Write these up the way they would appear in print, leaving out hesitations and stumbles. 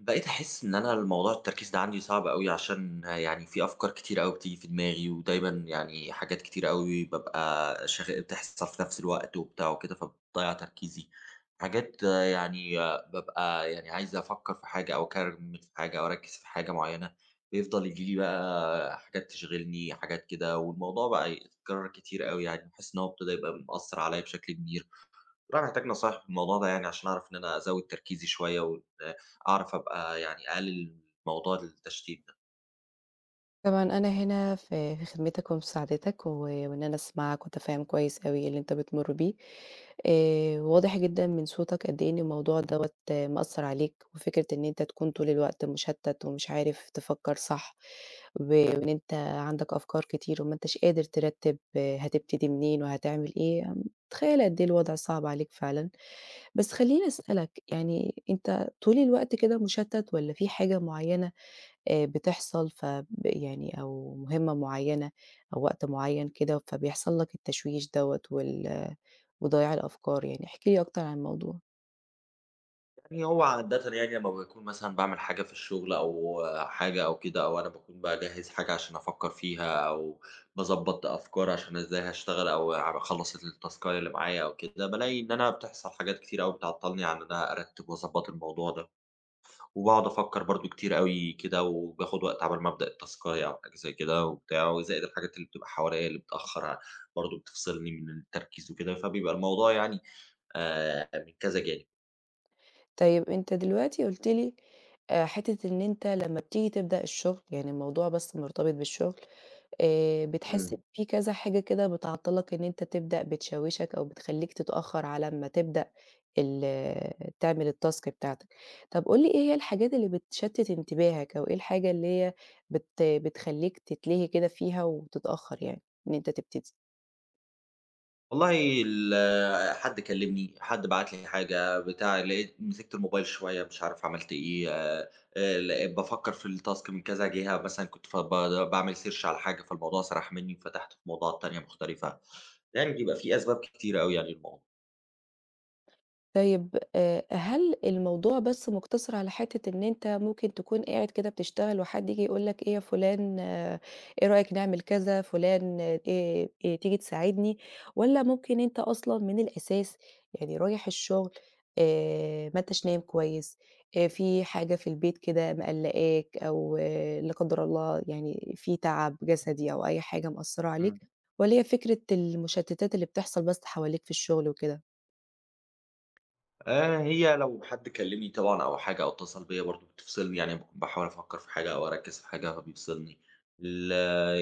بقيت أحس إن أنا الموضوع التركيز ده عندي صعب أوي، عشان يعني في أفكار كتيرة أوي بتيجي في دماغي، ودايمًا يعني حاجات كتيرة أوي بابقى بتحصل في نفس الوقت وبتاع وكده، فبتضيّع تركيزي. حاجات يعني بابقى يعني عايز أفكر في حاجة أو أكمّل في حاجة أو أركّز في حاجة معيّنة، بيفضل ييجي لي بقى حاجات تشغلني، حاجات كده، والموضوع بقى يتكرر كتير أوي يعني، باحس إن هو ابتدى يبقى مأثّر عليّا بشكل كبير. والله محتاج نصايح في الموضوع ده يعني عشان أعرف إن أنا أزوّد تركيزي شوية، وإن أعرف أبقى يعني أقلل موضوع التشتيت ده. طبعًا أنا هنا في خدمتك ومساعدتك، وإن أنا أسمعك وأتفهم كويس أوي اللي أنت بتمُر بيه، واضح جدًا من صوتك قد إيه إن الموضوع دوّة مأثّر عليك، وفكرة إن أنت تكون طول الوقت مُشتّت ومش عارف تفكّر صح، وإن أنت عندك أفكار كتير وما أنتش قادر ترتّب هتبتدي منين وهتعمل إيه، متخيّلة قد إيه الوضع صعب عليك فعلًا، بس خلّيني أسألك يعني أنت طول الوقت كده مُشتّت والّا في حاجة معيّنة بتحصل يعني أو مهمة معيّنة أو وقت معيّن كده، فبيحصل لك التشويش دوّة وضياع الأفكار يعني، احكِ لي أكتر عن الموضوع. يعني هو عادةً يعني لمّا باكون مثلًا باعمل حاجة في الشغل أو حاجة أو كده، أو أنا باكون باجهّز حاجة عشان أفكّر فيها أو باضبّط أفكار عشان إزاي هاشتغل أو أخلّص التاسكاية اللي معايا أو كده، بالاقي إن أنا بتحصل حاجات كتير أوي بتعطّلني عن إن أنا أرتّب وأضبّط الموضوع ده. وباقعد أفكّر برضه كتير أوي كده، وباخد وقت عَبَال ما أبدأ التاسكاية أو حاجة زي كده وبتاع، وزائد الحاجات اللي بتبقى حواليّا اللي بتأخّر برضه بتفصلني من التركيز وكده، فبيبقى الموضوع يعني من كذا جانب. طيب أنت دلوقتي قُلت لي حتّة إن أنت لمّا بتيجي تبدأ الشغل، يعني الموضوع بس مرتبط بالشغل، بتحس إمم. إن في كذا حاجة كده بتعطّلك إن أنت تبدأ، بتشوّشك أو بتخلّيك تتأخّر على أمّا تبدأ ال تعمل الtask بتاعتك. طَب قُل لي إيه هي الحاجات اللي بتشتِّت انتباهك أو إيه الحاجة اللي هي بتخلّيك تتلهي كده فيها وتتأخّر يعني إن أنت تبتدي؟ والله ال آه، حد كلّمني، حد بعت لي حاجة، بتاع، لقيت مسكت الموبايل شوية مش عارف عملت إيه، لقيت بافكّر في الtask من كذا جهة، مثلًا كنت ف ب باعمل search على حاجة فالموضوع سرح منّي، وفتحت في موضوعات تانية مختلفة، يعني بيبقى في أسباب كتيرة أوي يعني للموضوع. طيب، هل الموضوع بس مُقتصِر على حتّة إن أنت ممكن تكون قاعد كده بتشتغل وحد ييجي يقول لك إيه يا فُلان، إيه رأيك نعمل كذا، فُلان، تيجي تساعدني، والّا ممكن أنت أصلًا من الأساس يعني رايح الشغل، ما أنتش نايم كويس، في حاجة في البيت كده مقلّقاك أو، لا قدّر الله يعني في تعب جسدي أو أي حاجة مأثّرة عليك، إمم. والّا هي فكرة المشتّتات اللي بتحصل بس حواليك في الشغل وكده؟ آه، هي لو حد كلمني طبعًا أو حاجة أو اتصل بيّا برضه بتفصلني، يعني باكون باحاول أفكّر في حاجة أو أركّز في حاجة فبيفصلني، ال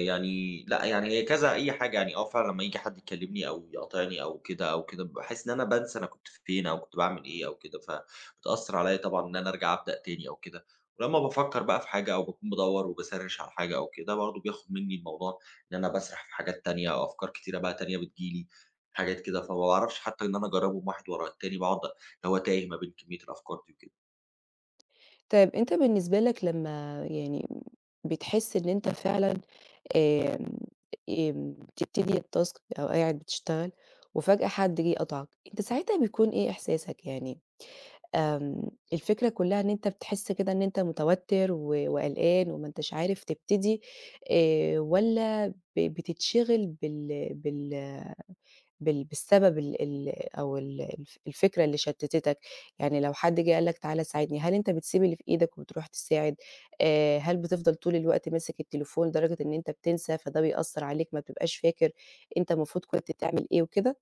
يعني لأ، يعني هي كذا أي حاجة يعني آه فعلًا لمّا ييجي حد يكلمني أو يقاطعني أو كده أو كده، باحس إن أنا بانسى أنا كنت فين أو كنت باعمل إيه أو كده، فبتأثّر عليّا طبعًا إن أنا أرجع أبدأ تاني أو كده. ولمّا بافكّر بقى في حاجة أو باكون بادوّر وباسرِّش على حاجة أو كده، برضه بياخد منّي الموضوع إن أنا باسرح في حاجات تانية أو أفكار كتيرة بقى تانية بتيجي لي، حاجات كده، فما باعرفش حتى إن أنا أجرّبهم واحد ورا التاني، باقعد هو تايه ما بين كمية الأفكار دي وكده. طيب أنت بالنسبة لك لمّا يعني بتحس إن أنت فعلًا آمم، آمم، بتبتدي الtask أو قاعد بتشتغل وفجأة حد جه قطعك، أنت ساعتها بيكون إيه إحساسك يعني؟ الفكرة كلّها إن أنت بتحس كده إن أنت متوتر و وقلقان وما أنتاش عارف تبتدي، والّا بتتشغل بالسبب ال ال أو ال الف الفكرة اللي شتتتك، يعني لو حد جه قال لك تعالَ ساعدني، هل أنت بتسيب اللي في إيدك وبتروح تساعد؟ هل بتفضل طول الوقت ماسك التليفون لدرجة إن أنت بتنسى، فده بيأثّر عليك ما بتبقاش فاكر أنت المفروض كنت تعمل إيه وكده؟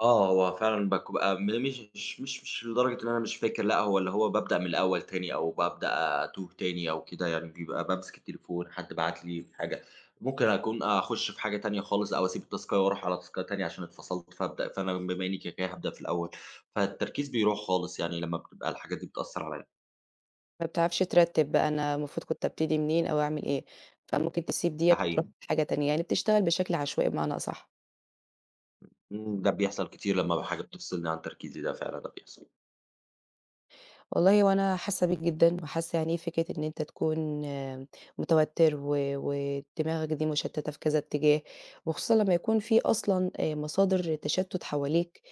آه، هو فعلًا بابقى م مش مش مش مش لدرجة إن أنا مش فاكر، لأ، هو اللي هو بابدأ من الأول تاني أو بابدأ أتوه تاني أو كده، يعني بيبقى بامسك التليفون، حد بعت لي في حاجة، ممكن أكون أخُش في حاجة تانية خالص أو أسيب التاسكاية وأروح على تاسكاية تانية عشان اتفصلت، فابدأ، فأنا بما إني كده، كده هابدأ في الأول، فالتركيز بيروح خالص يعني لمّا بتبقى الحاجات دي بتأثّر عليّا. ما بتعرفش ترتّب بقى أنا المفروض كنت أبتدي منين أو أعمل إيه، فممكن تسيب ديّة ده وتروح حقيقي. لحاجة تانية، يعني بتشتغل بشكل عشوائي بمعنى أصح. إمم، ده بيحصل كتير لمّا حاجة بتفصلني عن تركيزي، ده فعلًا ده بيحصل. والله هو أنا حاسة بيك جدًا، وحاسة يعني إيه فكرة إن أنت تكون، متوتر و ودماغك دي مشتتة في كذا اتجاه، وخصوصًا لما يكون في أصلًا مصادر تشتت حواليك،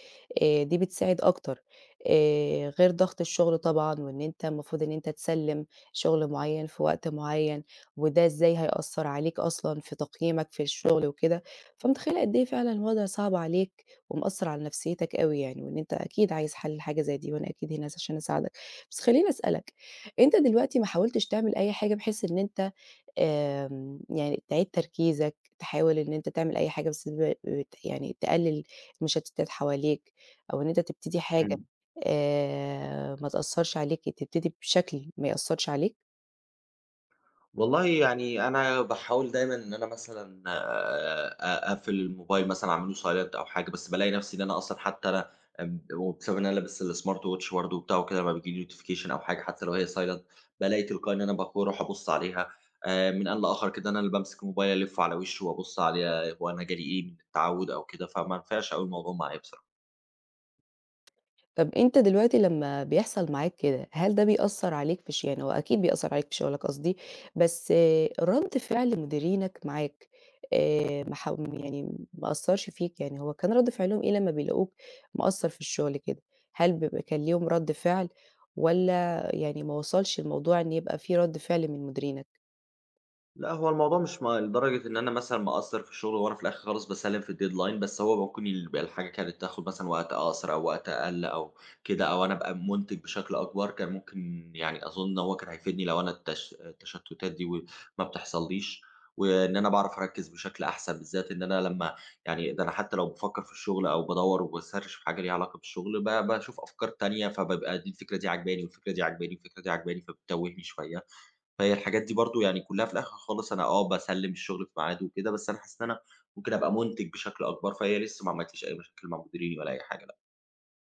دي بتساعد أكتر، غير ضغط الشغل طبعًا، وإن أنت المفروض إن أنت تسلم شغل معين في وقت معين، وده إزاي هيأثر عليك أصلًا في تقييمك في الشغل وكده، فمتخيلة قد إيه فعلًا الوضع صعب عليك ومأثر على نفسيتك أوي يعني، وإن أنت أكيد عايز حل لحاجة زي دي، وأنا أكيد هنا عشان أساعدك. بس خلّيني أسألك، أنت دلوقتي ما حاولتش تعمل أي حاجة بحيث إن أنت، يعني تعيد تركيزك، تحاول إن أنت تعمل أي حاجة بس ب بت يعني تقلل المشتتات حواليك، أو إن أنت تبتدي حاجة، إمم. ما تأثّرش عليك، تبتدي بشكل ما يأثّرش عليك؟ والله يعني أنا باحاول دايمًا إن أنا مثلًا أقفل الموبايل مثلًا أعمل له silent أو حاجة، بس بالاقي نفسي إن أنا أصلًا حتى أنا وبسبب إن أنا لابس الsmart watch برضه وبتاع وكده لمّا بييجي لي notification أو حاجة حتى لو هي silent، بالاقي تلقائي إن أنا باكون أروح أبُص عليها من آن لآخر كده، أنا اللي بامسك الموبايل ألِفّه على وشّه وأبُص عليه، هو أنا جالي إيه من التعوّد أو كده، فما نفعش أوي الموضوع معايا بص. طب أنت دلوقتي لمّا بيحصل معاك كده، هل ده بيأثّر عليك في يعني هو أكيد بيأثّر عليك في شغلك قصدي، بس، رَد فعل مديرينك معاك ما حاو يعني ما أثّرش فيك، يعني هو كان رَد فعلهم إيه لمّا بيلاقوك مقصّر في الشغل كده؟ هل بيبقى كان ليهم رَد فعل والّا يعني ما وصلش الموضوع إن يبقى في رَد فعل من مديرينك؟ لأ، هو الموضوع مش لدرجة إن أنا مثلًا مقصّر في الشغل، وأنا في الآخر خالص باسلِّم في الdeadline، بس هو ممكن يبقى الحاجة كانت تاخُد مثلًا وقت أقصر أو وقت أقل أو كده، أو أنا أبقى مُنتِج بشكل أكبر، كان ممكن يعني أظُن إن هو كان هيفيدني لو أنا التشتُّتات دي و ما بتحصلّيش، وإن أنا باعرف أركِّز بشكل أحسن، بالذات إن أنا لمّا يعني ده أنا حتّى لو بافكّر في الشغل أو بادوّر وباسرِّش في حاجة ليها علاقة بالشغل، باشوف أفكار تانية، فبابقى دي الفكرة دي عاجباني والفكرة دي عاجباني والفكرة دي عاجباني، فبتتوّهني شوية. فهي الحاجات دي برضه يعني كلّها في الآخر خالص أنا آه، باسلِّم الشغل في ميعاده وكده، بس أنا حاسس إن أنا ممكن أبقى مُنتِج بشكل أكبر، فهي لسه ما عملتليش أي مشاكل مع مديريني ولا أي حاجة لأ.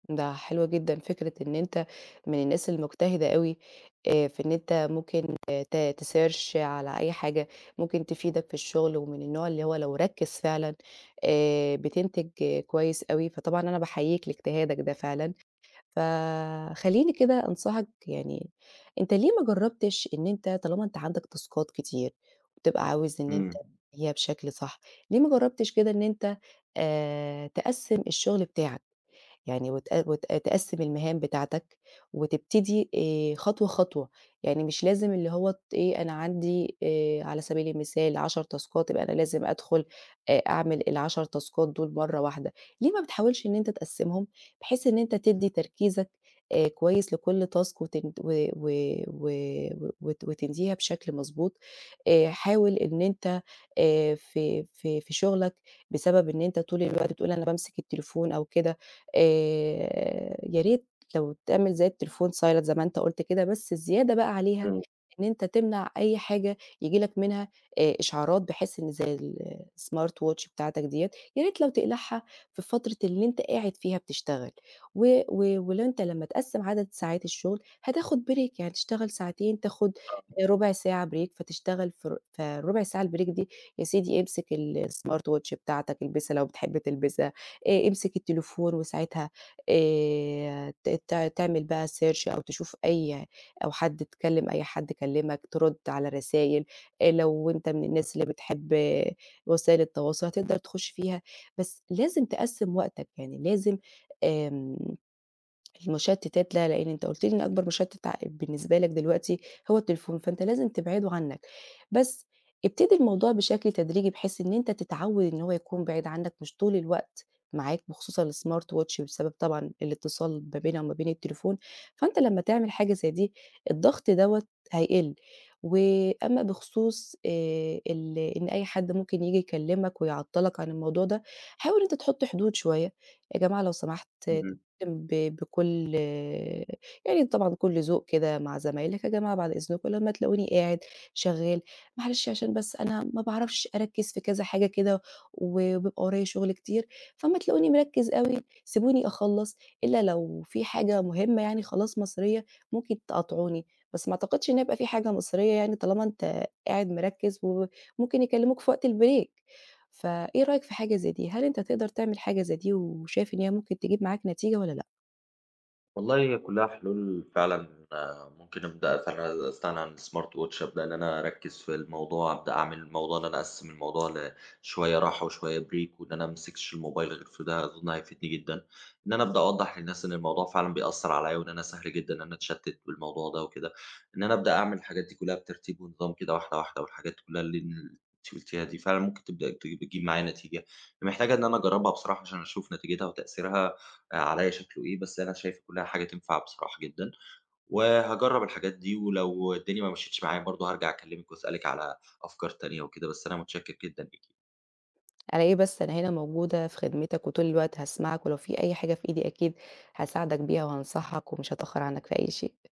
ده حلو جدًا فكرة إن أنت من الناس المجتهدة أوي، في إن أنت ممكن، آه، ت تsearch على أي حاجة ممكن تفيدك في الشغل، ومن النوع اللي هو لو ركّز فعلًا، بتنتج، كويس أوي، فطبعًا أنا باحييك لاجتهادك ده فعلًا، فخلّيني كده أنصحك يعني أنت ليه ما جرّبتش إن أنت طالما أنت عندك تاسكات كتير وبتبقى عاوز إن أنت إمم، هي بشكل صح، ليه ما جرّبتش كده إن أنت تقسّم الشغل بتاعك؟ يعني وت وت تقسّم المهام بتاعتك وتبتدي خطوة خطوة، يعني مش لازم اللي هو، إيه، أنا عندي على سبيل المثال 10 تاسكات يبقى أنا لازم أدخل أعمل ال10 تاسكات دول مرّة واحدة، ليه ما بتحاولش إن أنت تقسّمهم بحيث إن أنت تدّي تركيزك كويس لكل تاسك وتن و و و وت وتنهيها بشكل مضبوط، حاول إن أنت، في في شغلك بسبب إن أنت طول الوقت بتقول أنا بامسك التليفون أو كده، يا ريت لو تعمل زي التليفون silent زي ما أنت قُلت كده، بس الزيادة بقى عليها إمم، إن أنت تمنع أي حاجة ييجي لك منها إشعارات، بحيث إن زي الsmart watch بتاعتك ديّة، يا ريت لو تقلعها في فترة اللي أنت قاعد فيها بتشتغل، و و ولو أنت لمّا تقسّم عدد ساعات الشغل هتاخد break، يعني تشتغل ساعتين، تاخد ربع ساعة break، فتشتغل في ر فالربع ساعة الbreak دي يا سيدي امسك الsmart watch بتاعتك، البسها لو بتحب تلبسها، امسك التليفون وساعتها ت ت تعمل بقى search أو تشوف أو حد اتكلم أي حد كلمك، ترُد على رسايل، لو أنت من الناس اللي بتحب، وسائل التواصل هتقدر تخُش فيها، بس لازم تقسّم وقتك، يعني لازم، آمم المشتتات لا، لإن أنت قُلت لي إن أكبر مشتت بالنسبة لك دلوقتي هو التليفون، فأنت لازم تبعده عنك، بس ابتدي الموضوع بشكل تدريجي بحيث إن أنت تتعوّد إن هو يكون بعيد عنك مش طول الوقت معاك. بخصوص الsmart watch بسبب طبعًا الاتصال ما بينها وما بين التليفون، فأنت لمّا تعمل حاجة زي دي الضغط دوّة هيقِل، وأما بخصوص ال إن أي حد ممكن ييجي يكلمك ويعطّلك عن الموضوع ده، حاول إن أنت تحط حدود شوية، يا جماعة لو سمحت، إمم. ب بكل يعني طبعًا كل ذوق كده مع زمايلك، يا جماعة بعد إذنكم لمّا تلاقوني قاعد شغّال، معلش عشان بس أنا ما باعرفش أركّز في كذا حاجة كده، وبيبقى ورايا شغل كتير، فأمّا تلاقوني مركّز أوي سيبوني أخلّص، إلا لو في حاجة مهمة يعني خلاص مصيرية ممكن تقاطعوني، بس ما أعتقدش إن هيبقى في حاجة مصيرية يعني طالما أنت قاعد مركّز، وممكن يكلموك في وقت البريك، فإيه رأيك في حاجة زي دي؟ هل أنت تقدر تعمل حاجة زي دي وشايف إن هي ممكن تجيب معاك نتيجة والّا لأ؟ والله هي كلّها حلول فعلًا آه، ممكن أبدأ فعلًا أستغنى عن الsmart watch، أبدأ إن أنا أركّز في الموضوع، أبدأ أعمل موضوع إن أنا أقسّم الموضوع شوية راحة وشوية break، وإن أنا ما أمسكش الموبايل غير في ده أظن هيفيدني جدًا. إن أنا أبدأ أوضّح للناس إن الموضوع فعلًا بيأثّر عليّا، وإن أنا سهل جدًا إن أنا أتشتِّت بالموضوع ده وكده، إن أنا أبدأ أعمل الحاجات دي كلّها بترتيب ونظام كده واحدة، واحدة، والحاجات كلّها اللي أنتِ قُلتيها دي فعلًا ممكن تبدأ بتجيب معايا نتيجة. محتاجة إن أنا أجرّبها بصراحة عشان أشوف نتيجتها وتأثيرها آه، عليّا شكله إيه، بس أنا شايف كلّها حاجة تنفع بصراحة جدًا، وهاجرّب الحاجات دي، ولو الدنيا ما مشيتش معايا برضه هارجع أكلّمِك وأسألِك على أفكار تانية وكده، بس أنا متشكّر جدًا ليكِ. على إيه بس، أنا هنا موجودة في خدمتك وطول الوقت هاسمعك، ولو في أي حاجة في إيدي أكيد هاساعدك بيها وهانصحك ومش هاتأخّر عنّك في أي شيء.